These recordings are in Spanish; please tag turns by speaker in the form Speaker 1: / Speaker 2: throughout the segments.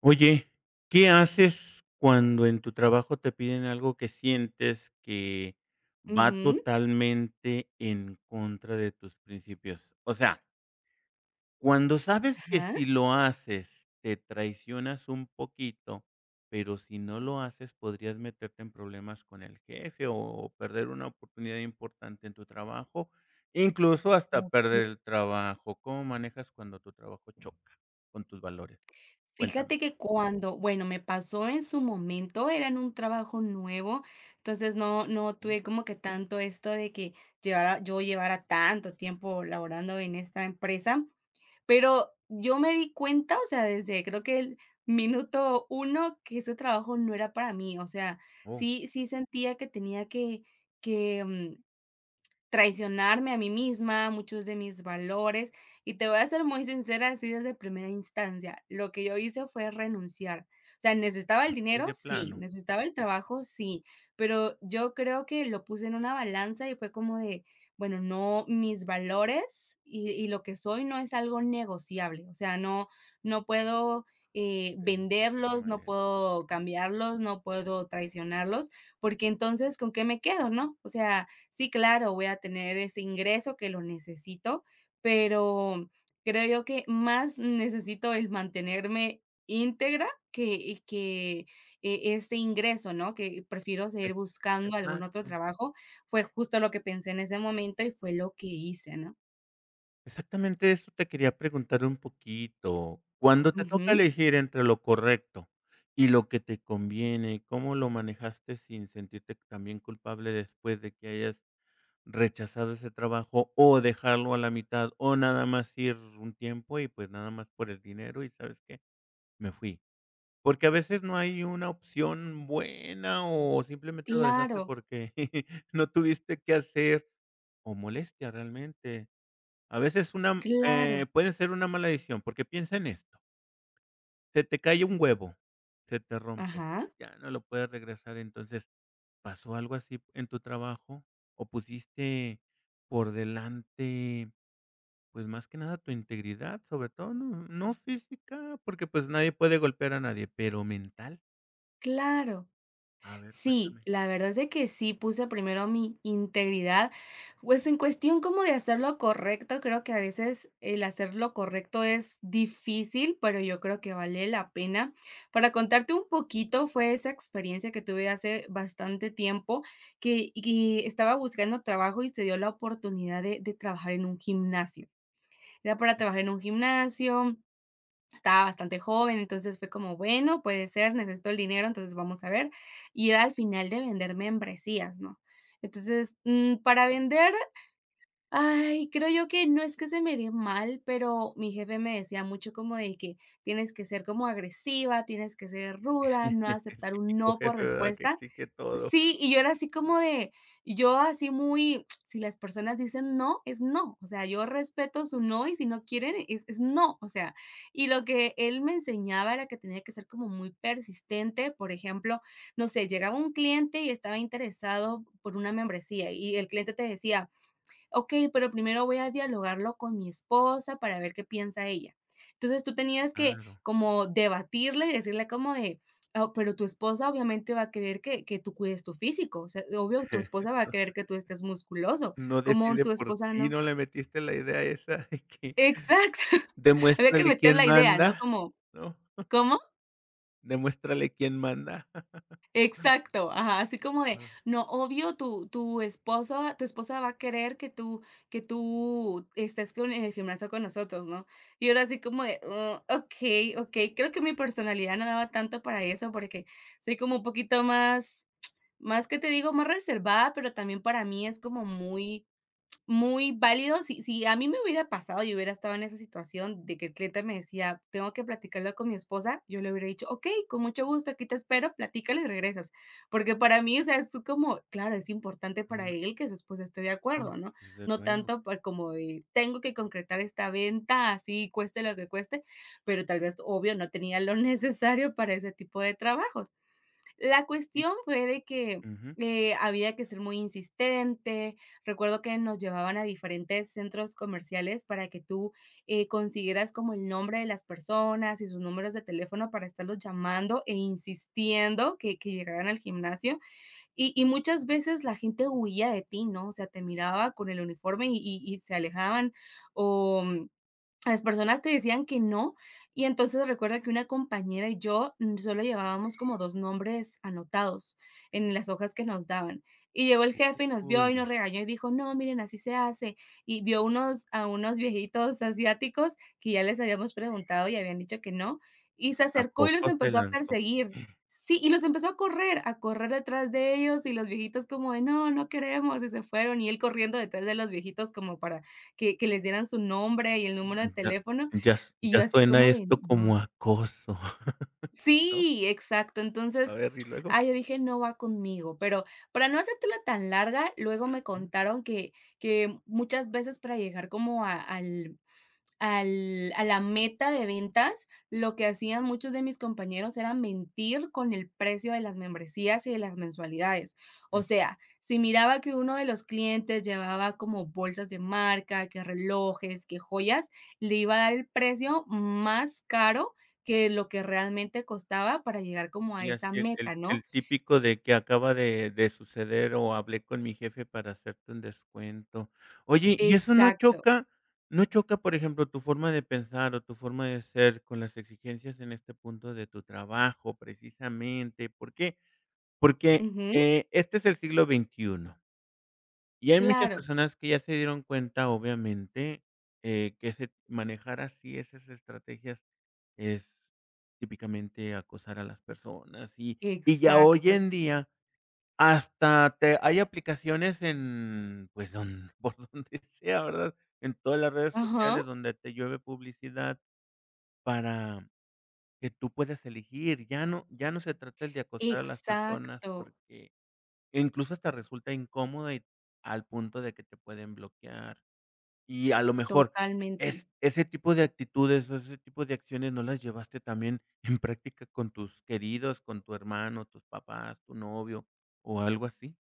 Speaker 1: Oye, ¿qué haces cuando en tu trabajo te piden algo que sientes que va
Speaker 2: Ujú,
Speaker 1: totalmente en contra de tus principios? O sea, cuando sabes que
Speaker 2: ajá.
Speaker 1: si lo haces te traicionas un poquito, pero si no lo haces podrías meterte en problemas con el jefe o perder una oportunidad importante en tu trabajo, incluso hasta
Speaker 2: Okey.
Speaker 1: perder el trabajo. ¿Cómo manejas cuando tu trabajo choca con tus valores?
Speaker 2: Fíjate
Speaker 1: Cuéntame.
Speaker 2: que me pasó en su momento, era en un trabajo nuevo, entonces no
Speaker 1: ¿Sí?
Speaker 2: tuve como que tanto esto de que llevara yo llevara tanto tiempo laborando en esta empresa, pero yo me di cuenta, o sea, desde creo que el minuto uno que ese trabajo no era para mí, o sea,
Speaker 1: Oh.
Speaker 2: sí sentía que tenía que traicionarme a mí misma, muchos de mis valores, y te voy a ser muy sincera, así desde primera instancia, lo que yo hice fue renunciar. O sea, necesitaba el
Speaker 1: Así
Speaker 2: dinero,
Speaker 1: de
Speaker 2: sí,
Speaker 1: plano,
Speaker 2: necesitaba el trabajo, sí, pero yo creo que lo puse en una balanza y fue como de, bueno, no, mis valores y lo que soy no es algo negociable, o sea, no, no puedo
Speaker 1: de ninguna
Speaker 2: venderlos, no
Speaker 1: manera.
Speaker 2: puedo
Speaker 1: Ujú.
Speaker 2: cambiarlos, no puedo traicionarlos, porque entonces, ¿con qué me quedo, no? O sea, sí, claro, voy a tener ese ingreso que lo necesito, pero creo yo que más necesito el mantenerme íntegra que este ingreso, ¿no? Que prefiero seguir
Speaker 1: Es
Speaker 2: buscando algún otro
Speaker 1: exacto.
Speaker 2: trabajo. Fue justo lo que pensé en ese momento y fue lo que hice, ¿no?
Speaker 1: Exactamente eso te quería preguntar un poquito. Cuando te toca
Speaker 2: Ujú.
Speaker 1: elegir entre lo correcto y lo que te conviene, ¿cómo lo manejaste sin sentirte también culpable después de que hayas rechazado ese trabajo o dejarlo a la mitad o nada más ir un tiempo y pues nada más por el dinero y sabes qué, me fui? Porque a veces no hay una opción buena, o simplemente lo dejaste
Speaker 2: Claro,
Speaker 1: porque no tuviste qué hacer, o molestia realmente. A veces una
Speaker 2: claro.
Speaker 1: puede ser una mala decisión, porque piensa en esto, se te cae un huevo, se te rompe,
Speaker 2: Ajá,
Speaker 1: ya no lo puedes regresar, entonces, ¿pasó algo así en tu trabajo? ¿O pusiste por delante, pues, más que nada tu integridad, sobre todo, no física? Porque, pues, nadie puede golpear a nadie, pero mental.
Speaker 2: claro.
Speaker 1: A ver,
Speaker 2: Sí,
Speaker 1: cuéntame.
Speaker 2: la verdad es de que sí puse primero mi integridad, pues, en cuestión como de hacer lo correcto, creo que a veces el hacer lo correcto es difícil, pero yo creo que vale la pena. Para contarte un poquito, fue esa experiencia que tuve hace bastante tiempo, que y estaba buscando trabajo y se dio la oportunidad de trabajar en un gimnasio. Era para trabajar en un gimnasio, estaba bastante joven, entonces fue como, bueno, puede ser, necesito el dinero, entonces vamos a ver. Y era al final de vender membresías, ¿no? Entonces, para vender, ay, creo yo que no es que se me dé mal, pero mi jefe me decía mucho como de que tienes que ser como agresiva, tienes que ser ruda, no
Speaker 1: El
Speaker 2: aceptar un
Speaker 1: típico
Speaker 2: no por
Speaker 1: jefe, ¿verdad? Que
Speaker 2: respuesta.
Speaker 1: exige todo.
Speaker 2: Sí, y yo era así como de yo así muy, si las personas dicen no, es no, o sea, yo respeto su no y si no quieren es no, o sea, y lo que él me enseñaba era que tenía que ser como muy persistente, por ejemplo, no sé, llegaba un cliente y estaba interesado por una membresía y el cliente te decía: "Ok, pero primero voy a dialogarlo con mi esposa para ver qué piensa ella". Entonces tú tenías que
Speaker 1: Claro.
Speaker 2: como debatirle y decirle como de, "Ah, pero tu esposa obviamente va a querer que tú cuides tu físico, o sea, obvio, tu esposa va a
Speaker 1: No
Speaker 2: querer que tú estés musculoso,
Speaker 1: no
Speaker 2: como
Speaker 1: decide
Speaker 2: tu
Speaker 1: por
Speaker 2: esposa
Speaker 1: ti,
Speaker 2: no".
Speaker 1: no le metiste la idea esa de que
Speaker 2: Exacto, había que
Speaker 1: demuéstrale
Speaker 2: meter
Speaker 1: quién
Speaker 2: la idea, ¿no?
Speaker 1: manda,
Speaker 2: Como,
Speaker 1: ¿no?
Speaker 2: ¿cómo?
Speaker 1: Demuéstrale quién manda.
Speaker 2: Exacto, ajá, así como de,
Speaker 1: Una
Speaker 2: no, obvio, tu esposo, tu esposa va a querer que tú estés con, en el gimnasio con nosotros, ¿no? Y ahora así como de, "Ah, ok, ok, creo que mi personalidad no daba tanto para eso porque soy como un poquito más, más que te digo, más reservada, pero también para mí es como muy, muy válido". Si a mí me hubiera pasado y hubiera estado en esa situación de que el cliente me decía: "Tengo que platicarlo con mi esposa", yo le hubiera dicho: "Okey, con mucho gusto, aquí te espero, platícalo y regresas". Porque para mí, o sea, es como claro, es importante para
Speaker 1: una
Speaker 2: él que su esposa esté de
Speaker 1: sí,
Speaker 2: acuerdo, ¿no?
Speaker 1: desde
Speaker 2: No
Speaker 1: luego.
Speaker 2: tanto por como de: "Tengo que concretar esta venta, así cueste lo que cueste", pero tal vez, obvio, no tenía lo necesario para ese tipo de trabajos. La
Speaker 1: Y
Speaker 2: cuestión fue de que,
Speaker 1: ujú.
Speaker 2: había que ser muy insistente. Recuerdo que nos llevaban a diferentes centros comerciales para que tú, consiguieras como el nombre de las personas y sus números de teléfono para estarlos llamando e insistiendo que llegaran al gimnasio. Y muchas veces la gente huía de ti, ¿no? O sea, te miraba con el uniforme y se alejaban, o las personas te decían que no, y entonces recuerda que una compañera y yo solo llevábamos como dos nombres anotados en las hojas que nos daban. Y llegó el jefe y nos vio y
Speaker 1: Uy.
Speaker 2: nos regañó y dijo, no, miren, así se hace. Y vio unos, a unos viejitos asiáticos que ya les habíamos preguntado y habían dicho que no. Y se
Speaker 1: ¿A
Speaker 2: acercó y los
Speaker 1: poco se
Speaker 2: empezó a
Speaker 1: lanzó?
Speaker 2: perseguir. Sí, y los empezó a correr detrás de ellos y los viejitos como de, no, no queremos, y se fueron y él corriendo detrás de los viejitos como para que les dieran su nombre y el número de
Speaker 1: Ya
Speaker 2: teléfono, y
Speaker 1: ya
Speaker 2: yo así
Speaker 1: suena
Speaker 2: como de:
Speaker 1: esto
Speaker 2: "No".
Speaker 1: como acoso, ¿no?
Speaker 2: Sí, exacto.
Speaker 1: A
Speaker 2: Entonces,
Speaker 1: ver, ¿y luego?
Speaker 2: yo dije: "No va conmigo", pero para no hacértela tan larga, luego me
Speaker 1: Ujú.
Speaker 2: contaron que muchas veces para llegar como a al al a la meta de ventas, lo que hacían muchos de mis compañeros era mentir con el precio de las membresías y de las mensualidades. O sea, si miraba que uno de los clientes llevaba como bolsas de marca, que relojes, que joyas, le iba a dar el precio más caro que lo que realmente costaba para llegar como a
Speaker 1: Y así
Speaker 2: esa
Speaker 1: el el
Speaker 2: meta,
Speaker 1: el
Speaker 2: ¿no?
Speaker 1: típico de que acaba de suceder o hablé con mi jefe para hacerte un descuento. Oye, ¿y eso no
Speaker 2: Exacto.
Speaker 1: choca no choca, por ejemplo, tu forma de pensar o tu forma de ser con las exigencias en este punto de tu trabajo, precisamente? ¿Por qué? Porque,
Speaker 2: Ujú.
Speaker 1: este es el siglo XXI y hay muchas
Speaker 2: Claro.
Speaker 1: personas que ya se dieron cuenta, obviamente, que ese manejar así esas estrategias es típicamente acosar a las personas, y ya hoy
Speaker 2: Exacto.
Speaker 1: en día hasta te hay aplicaciones en, pues, don por donde sea, ¿verdad? En todas las redes
Speaker 2: Ajá.
Speaker 1: sociales donde te llueve publicidad para que tú puedas elegir. Ya no ya no se trata el de acosar a las personas
Speaker 2: Exacto.
Speaker 1: porque e incluso hasta resulta incómoda y al punto de que te pueden bloquear. Y a lo mejor
Speaker 2: Totalmente.
Speaker 1: es ese tipo de actitudes o ese tipo de acciones no las llevaste también en práctica con tus queridos, con tu hermano, tus papás, tu novio o algo así.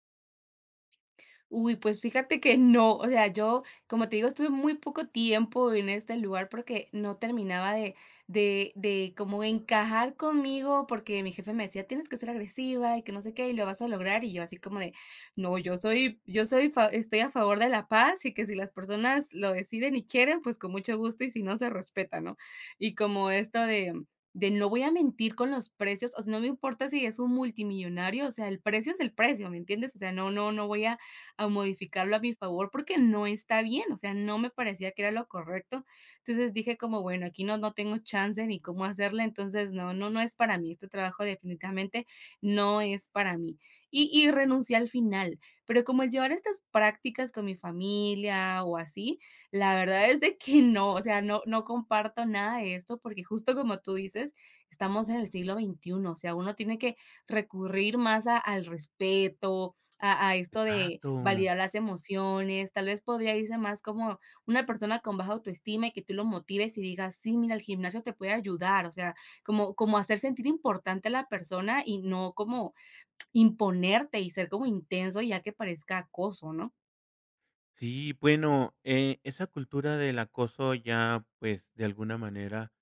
Speaker 2: Uy, pues fíjate que no, o sea, yo, como te digo, estuve muy poco tiempo en este lugar porque no terminaba de como encajar conmigo, porque mi jefe me decía, tienes que ser agresiva y que no sé qué, y lo vas a lograr, y yo así como de, no, estoy a favor de la paz y que si las personas lo deciden y quieren, pues con mucho gusto y si no, se respeta, ¿no? Y como esto de... no voy a mentir con los precios, o sea, no me importa si es un multimillonario, o sea, el precio es el precio, ¿me entiendes? O sea, no, no, no voy a modificarlo a mi favor porque no está bien, o sea, no me parecía que era lo correcto. Entonces dije como, bueno, aquí no, no tengo chance ni cómo hacerle, entonces no, no, no es para mí, este trabajo definitivamente no es para mí. Y renuncié al final, pero como el llevar estas prácticas con mi familia o así, la verdad es de que no, o sea, no, no comparto nada de esto porque justo como tú dices, estamos en el siglo XXI, o sea, uno tiene que recurrir más al respeto, a esto de
Speaker 1: Exacto.
Speaker 2: validar las emociones, tal vez podría irse más como una persona con baja autoestima y que tú lo motives y digas: "Sí, mira, el gimnasio te puede ayudar", o sea, como hacer sentir importante a la persona y no como imponerte y ser como intenso, ya que parezca acoso, ¿no?
Speaker 1: Sí, bueno, esa cultura del acoso ya, pues, de alguna manera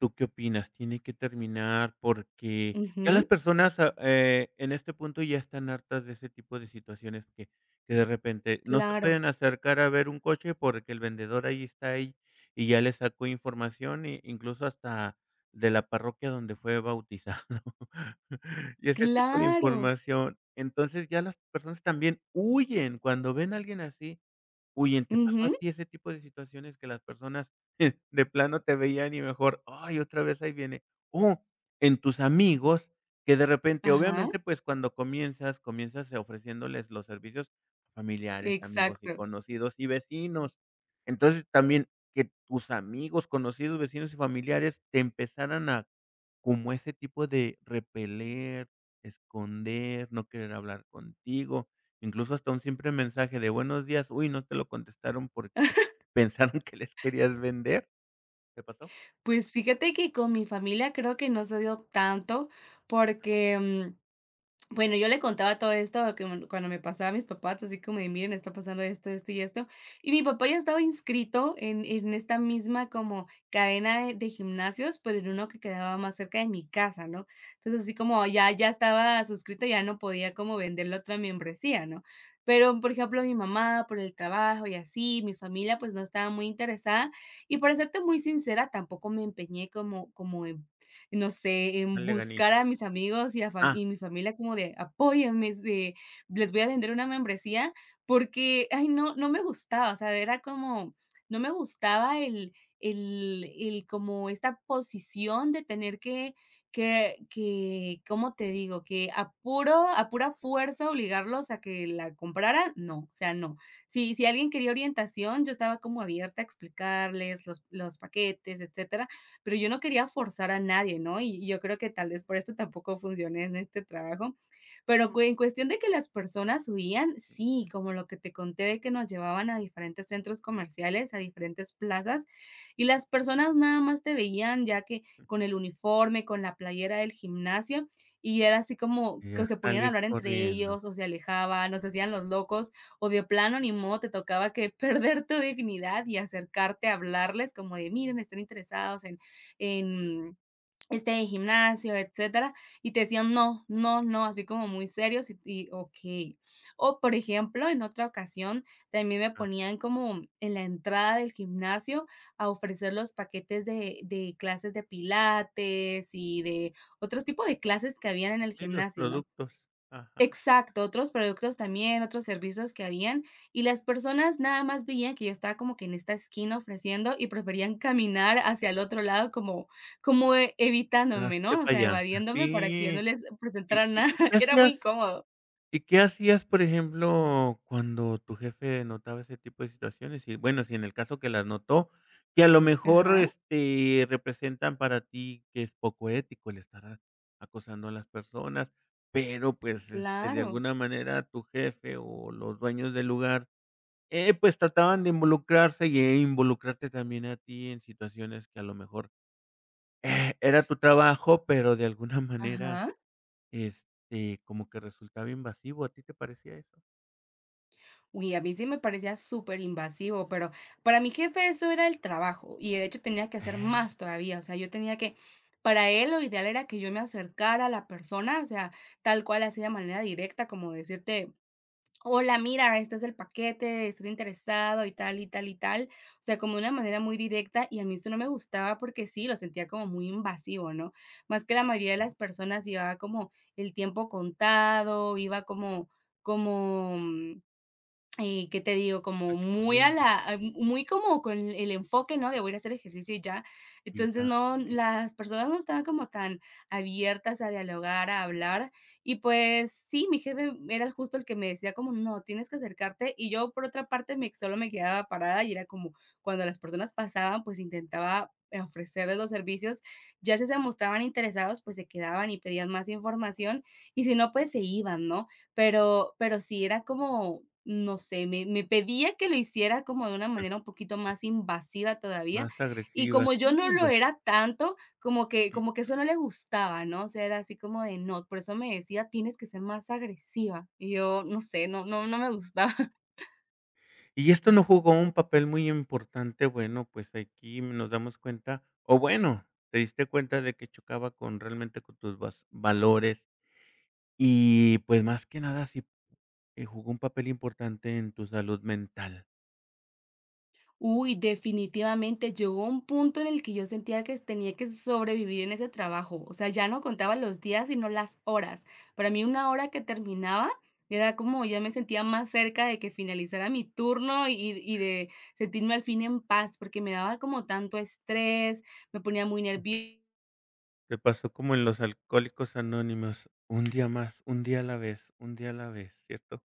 Speaker 1: ¿tú qué opinas? ¿Tiene que terminar? Porque ya las
Speaker 2: Ujú,
Speaker 1: personas, en este punto ya están hartas de ese tipo de situaciones que de repente no se
Speaker 2: claro,
Speaker 1: pueden acercar a ver un coche porque el vendedor ahí está ahí y ya le sacó información, e incluso hasta de la parroquia donde fue bautizado y ese tipo de
Speaker 2: claro,
Speaker 1: información. Entonces, ya las personas también huyen cuando ven a alguien así, huyen. ¿Te pasó a
Speaker 2: ujú,
Speaker 1: ti ese tipo de situaciones que las personas de plano te veían y mejor, ay, otra vez ahí viene. O en tus amigos que de repente,
Speaker 2: ajá,
Speaker 1: obviamente, pues cuando comienzas, comienzas ofreciéndoles los servicios familiares, amigos y
Speaker 2: exacto.
Speaker 1: conocidos y vecinos. Entonces, también que tus amigos, conocidos, vecinos y familiares te empezaran a como ese tipo de repeler, esconder, no querer hablar contigo, incluso hasta un simple mensaje de buenos días, uy, no te lo contestaron porque pensaron que les querías vender. ¿Qué pasó?
Speaker 2: Pues fíjate que con mi familia creo que no se dio tanto porque, bueno, yo le contaba todo esto que me cuando me pasaba a mis papás, así como de: "Miren, está pasando esto, esto y esto". Y mi papá ya estaba inscrito en esta misma como cadena de gimnasios, pero en uno que quedaba más cerca de mi casa, ¿no? Entonces, así como ya estaba suscrito, ya no podía como vender la otra membresía, ¿no? Pero, por ejemplo, mi mamá, por el trabajo y así, mi familia, pues, no estaba muy interesada. Y para serte muy sincera, tampoco me empeñé como en no sé, en
Speaker 1: Echarle
Speaker 2: buscar a
Speaker 1: ganitas.
Speaker 2: mis amigos y a fam
Speaker 1: Ah,
Speaker 2: y mi familia como de: apóyame de les voy a vender una membresía, porque, ay, no, no me gustaba, o sea, era como, no me gustaba el como esta posición de tener que, ¿cómo te digo?, que a pura fuerza obligarlos a que la compraran, no, o sea, no. Si alguien quería orientación, yo estaba como abierta a explicarles los paquetes, etcétera, pero yo no quería forzar a nadie, ¿no? Y yo creo que tal vez por esto tampoco funcioné en este trabajo, pero en cuestión de que las personas huían, sí, como lo que te conté de que nos llevaban a diferentes centros comerciales, a diferentes plazas, y las personas nada más te veían ya que con el uniforme, con la playera del gimnasio, y era así como
Speaker 1: y
Speaker 2: que
Speaker 1: a
Speaker 2: se ponían a
Speaker 1: salir
Speaker 2: hablar entre
Speaker 1: corriendo.
Speaker 2: ellos, o se alejaban, o se hacían los locos, o de plano ni modo te tocaba que perder tu dignidad y acercarte a hablarles como de, miren, están interesados en en este gimnasio, etcétera, y te decían: "No, no, no", así como muy serios y okey. O, por ejemplo, en otra ocasión también me
Speaker 1: Ah,
Speaker 2: ponían como en la entrada del gimnasio a ofrecer los paquetes de clases de pilates y de otros tipos de clases que habían en el
Speaker 1: y los
Speaker 2: gimnasio, ¿no?
Speaker 1: productos. Ajá,
Speaker 2: Exacto, otros productos también, otros servicios que habían, y las personas nada más veían que yo estaba como que en esta esquina ofreciendo y preferían caminar hacia el otro lado como evitándome,
Speaker 1: hazte
Speaker 2: ¿no? O
Speaker 1: para
Speaker 2: sea,
Speaker 1: allá.
Speaker 2: evadiéndome para que yo no
Speaker 1: Sí.
Speaker 2: les
Speaker 1: ¿Y
Speaker 2: presentara
Speaker 1: y
Speaker 2: nada.
Speaker 1: y qué
Speaker 2: Era muy
Speaker 1: hacías
Speaker 2: incómodo.
Speaker 1: ¿Y qué hacías, por ejemplo, cuando tu jefe notaba ese tipo de situaciones? Y bueno, si en el caso que las notó, que a lo mejor,
Speaker 2: Ajá,
Speaker 1: este, representan para ti que es poco ético el estar a- acosando a las personas, pero, pues, este, de
Speaker 2: claro.
Speaker 1: alguna manera tu jefe o los dueños del lugar pues, trataban de involucrarse y e involucrarte también a ti en situaciones que a lo mejor, era tu trabajo, pero de alguna manera,
Speaker 2: Ajá.
Speaker 1: este, como que resultaba invasivo, ¿a ti te parecía eso?
Speaker 2: Uy, a mí sí me parecía súper invasivo, pero para mi jefe eso era el trabajo y de hecho tenía que hacer
Speaker 1: Ay,
Speaker 2: más todavía, o sea, yo tenía que, para él lo ideal era que yo me acercara a la persona, o sea, tal cual así de manera directa, como decirte, hola, mira, este es el paquete, estás interesado y tal y tal y tal, o sea, como de una manera muy directa y a mí eso no me gustaba porque sí, lo sentía como muy invasivo, ¿no? Más que la mayoría de las personas llevaba como el tiempo contado, iba como, como, ¿qué te digo? Como
Speaker 1: salte
Speaker 2: muy a
Speaker 1: corriendo
Speaker 2: la a muy como con el enfoque, ¿no? De voy a ir a hacer ejercicio y ya.
Speaker 1: y
Speaker 2: Entonces,
Speaker 1: ya,
Speaker 2: no,
Speaker 1: eh,
Speaker 2: las personas no estaban como tan abiertas a dialogar, a hablar. Y pues sí, mi jefe era el justo el que me decía como: "No, tienes que acercarte". Y yo, por otra parte, me solo me quedaba parada y era como cuando las personas pasaban, pues intentaba, ofrecerles los servicios. Ya si se mostraban interesados, pues se quedaban y pedían más información, y si no, pues se iban, ¿no? Pero sí era como, no sé, me pedía que lo hiciera como de una manera un poquito más invasiva todavía,
Speaker 1: más
Speaker 2: y
Speaker 1: agresivas.
Speaker 2: como yo no
Speaker 1: Sí,
Speaker 2: lo
Speaker 1: pues,
Speaker 2: era tanto, como que eso no le gustaba, ¿no? O sea, era así como de no, por eso me decía: "Tienes que ser más agresiva", y yo, no sé, no no no me gustaba.
Speaker 1: y esto no jugó un papel muy importante, bueno, pues, aquí nos damos cuenta, o bueno, te diste cuenta de que chocaba con realmente con tus vas valores y, pues, más que nada si y jugó un papel importante en tu salud mental.
Speaker 2: Uy, definitivamente llegó un punto en el que yo sentía que tenía que sobrevivir en ese trabajo. O sea, ya no contaba los días, sino las horas. Para mí, una hora que terminaba era como ya me sentía más cerca de que finalizara mi turno y de sentirme al fin en paz, porque me daba como tanto estrés, me ponía muy nerviosa
Speaker 1: Te pasó como en los Alcohólicos Anónimos, un día más, un día a la vez, un día a la vez, ¿cierto?